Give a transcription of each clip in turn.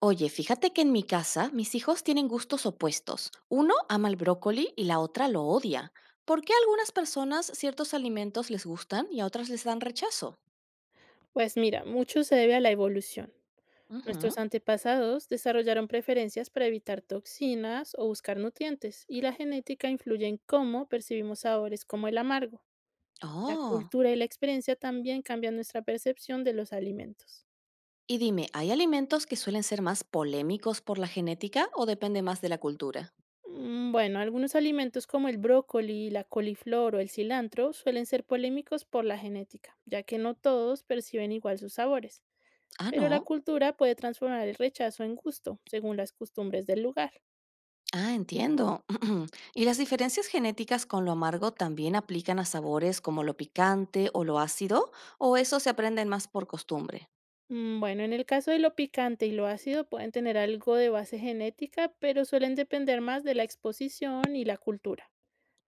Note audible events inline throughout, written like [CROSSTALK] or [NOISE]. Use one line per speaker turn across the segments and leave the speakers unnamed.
Oye, fíjate que en mi casa mis hijos tienen gustos opuestos. Uno ama el brócoli y la otra lo odia. ¿Por qué a algunas personas ciertos alimentos les gustan y a otras les dan rechazo?
Pues mira, mucho se debe a la evolución. Nuestros
Ujú.
antepasados desarrollaron preferencias para evitar toxinas o buscar nutrientes, y la genética influye en cómo percibimos sabores como el amargo. La
Oh.
cultura y la experiencia también cambian nuestra percepción de los alimentos.
Y dime, ¿hay alimentos que suelen ser más polémicos por la genética o depende más de la cultura?
Bueno, algunos alimentos como el brócoli, la coliflor o el cilantro suelen ser polémicos por la genética, ya que no todos perciben igual sus sabores,
Ah,
pero la
no.
cultura puede transformar el rechazo en gusto, según las costumbres del lugar.
Ah, entiendo. [CLEARS THROAT] ¿Y las diferencias genéticas con lo amargo también aplican a sabores como lo picante o lo ácido? ¿O eso se aprenden más por costumbre?
Bueno, en el caso de lo picante y lo ácido pueden tener algo de base genética, pero suelen depender más de la exposición y la cultura.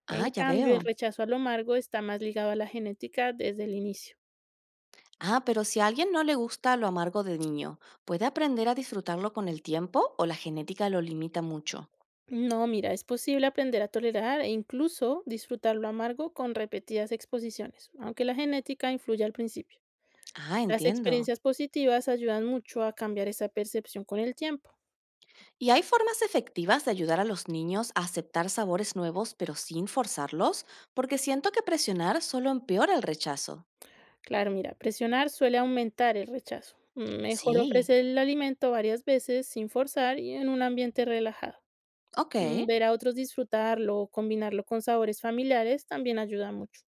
Ah,
En
ya
cambio, el
veo.
rechazo a lo amargo está más ligado a la genética desde el inicio.
Ah, pero si a alguien no le gusta lo amargo de niño, ¿puede aprender a disfrutarlo con el tiempo o la genética lo limita mucho?
No, mira, es posible aprender a tolerar e incluso disfrutar lo amargo con repetidas exposiciones, aunque la genética influye al principio.
Ah,
Las
entiendo.
experiencias positivas ayudan mucho a cambiar esa percepción con el tiempo.
¿Y hay formas efectivas de ayudar a los niños a aceptar sabores nuevos pero sin forzarlos? Porque siento que presionar solo empeora el rechazo.
Claro, mira, presionar suele aumentar el rechazo. Mejor
Sí,
ofrecer el alimento varias veces sin forzar y en un ambiente relajado.
ok.
Ver a otros disfrutarlo o combinarlo con sabores familiares también ayuda mucho.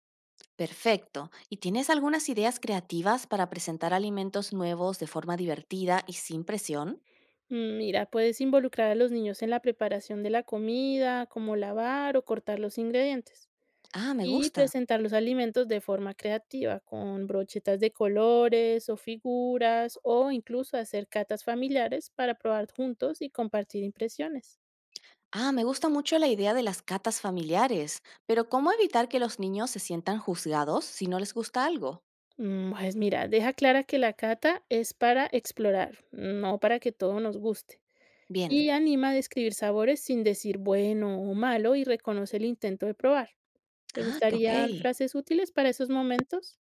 Perfecto. ¿Y tienes algunas ideas creativas para presentar alimentos nuevos de forma divertida y sin presión?
Mira, puedes involucrar a los niños en la preparación de la comida, como lavar o cortar los ingredientes.
Ah, me
Y
gusta.
presentar los alimentos de forma creativa, con brochetas de colores o figuras, o incluso hacer catas familiares para probar juntos y compartir impresiones.
Ah, me gusta mucho la idea de las catas familiares, pero ¿cómo evitar que los niños se sientan juzgados si no les gusta algo?
Pues mira, deja clara que la cata es para explorar, no para que todo nos guste.
Bien.
Y anima a describir sabores sin decir bueno o malo y reconoce el intento de probar. ¿Te
Ah, que ok.
gustarían frases útiles para esos momentos?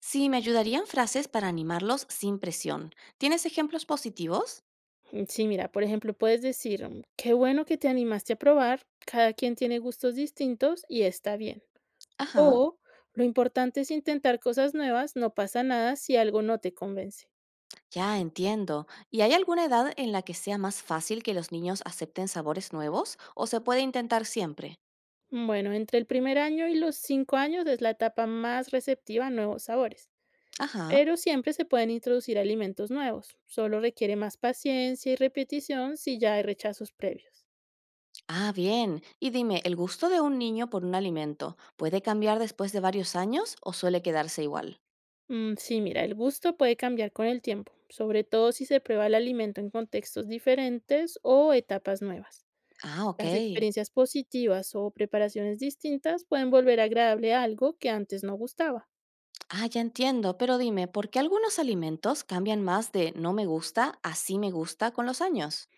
Sí, me ayudarían frases para animarlos sin presión. ¿Tienes ejemplos positivos?
Sí, mira, por ejemplo, puedes decir, qué bueno que te animaste a probar, cada quien tiene gustos distintos y está bien.
Ajá.
O, lo importante es intentar cosas nuevas, no pasa nada si algo no te convence.
Ya entiendo. ¿Y hay alguna edad en la que sea más fácil que los niños acepten sabores nuevos o se puede intentar siempre?
Bueno, entre el primer año y los 5 años es la etapa más receptiva a nuevos sabores,
Ajá.
pero siempre se pueden introducir alimentos nuevos. Solo requiere más paciencia y repetición si ya hay rechazos previos.
Ah, bien. Y dime, ¿el gusto de un niño por un alimento puede cambiar después de varios años o suele quedarse igual?
Sí, mira, el gusto puede cambiar con el tiempo, sobre todo si se prueba el alimento en contextos diferentes o etapas nuevas.
Ah, ok.
Las experiencias positivas o preparaciones distintas pueden volver agradable a algo que antes no gustaba.
Ah, ya entiendo, pero dime, ¿por qué algunos alimentos cambian más de no me gusta a sí me gusta con los años?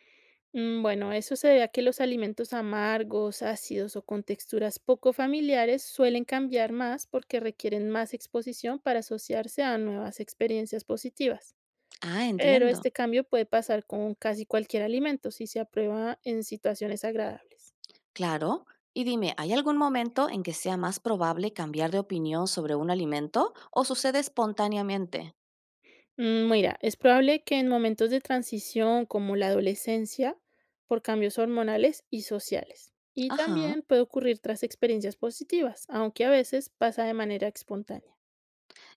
Bueno, eso se debe a que los alimentos amargos, ácidos o con texturas poco familiares suelen cambiar más porque requieren más exposición para asociarse a nuevas experiencias positivas.
Ah,
Pero
entiendo.
este cambio puede pasar con casi cualquier alimento si se aprueba en situaciones agradables.
Claro. Y dime, ¿hay algún momento en que sea más probable cambiar de opinión sobre un alimento o sucede espontáneamente?
Mira, es probable que en momentos de transición como la adolescencia, por cambios hormonales y sociales. Y
Ajá.
también puede ocurrir tras experiencias positivas, aunque a veces pasa de manera espontánea.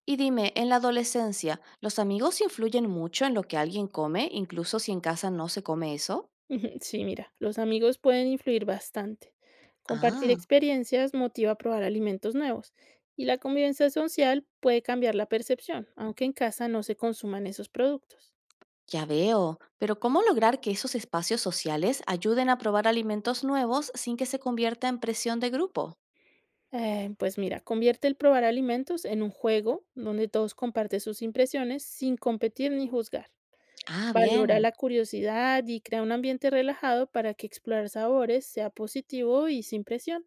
Y dime, en la adolescencia, ¿los amigos influyen mucho en lo que alguien come, incluso si en casa no se come eso?
Ujú, sí, mira, los amigos pueden influir bastante. Compartir
Ah.
experiencias motiva a probar alimentos nuevos y la convivencia social puede cambiar la percepción, aunque en casa no se consuman esos productos.
Ya veo, pero ¿cómo lograr que esos espacios sociales ayuden a probar alimentos nuevos sin que se convierta en presión de grupo?
Pues mira, convierte el probar alimentos en un juego donde todos comparten sus impresiones sin competir ni juzgar.
Ah,
Valora
bien,
la curiosidad y crea un ambiente relajado para que explorar sabores sea positivo y sin presión.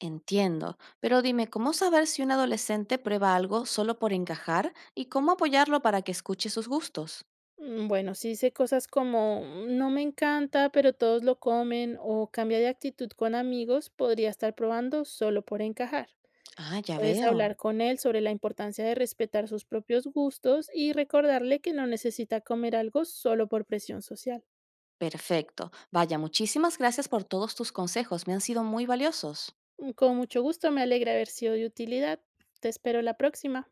entiendo. Pero dime, ¿cómo saber si un adolescente prueba algo solo por encajar y cómo apoyarlo para que escuche sus gustos?
Bueno, sí hice cosas como no me encanta", pero todos lo comen o cambia de actitud con amigos, podría estar probando solo por encajar.
Ah, ya
Puedes
veo.
hablar con él sobre la importancia de respetar sus propios gustos y recordarle que no necesita comer algo solo por presión social.
Perfecto. Vaya, muchísimas gracias por todos tus consejos, me han sido muy valiosos.
Con mucho gusto, me alegra haber sido de utilidad. Te espero la próxima.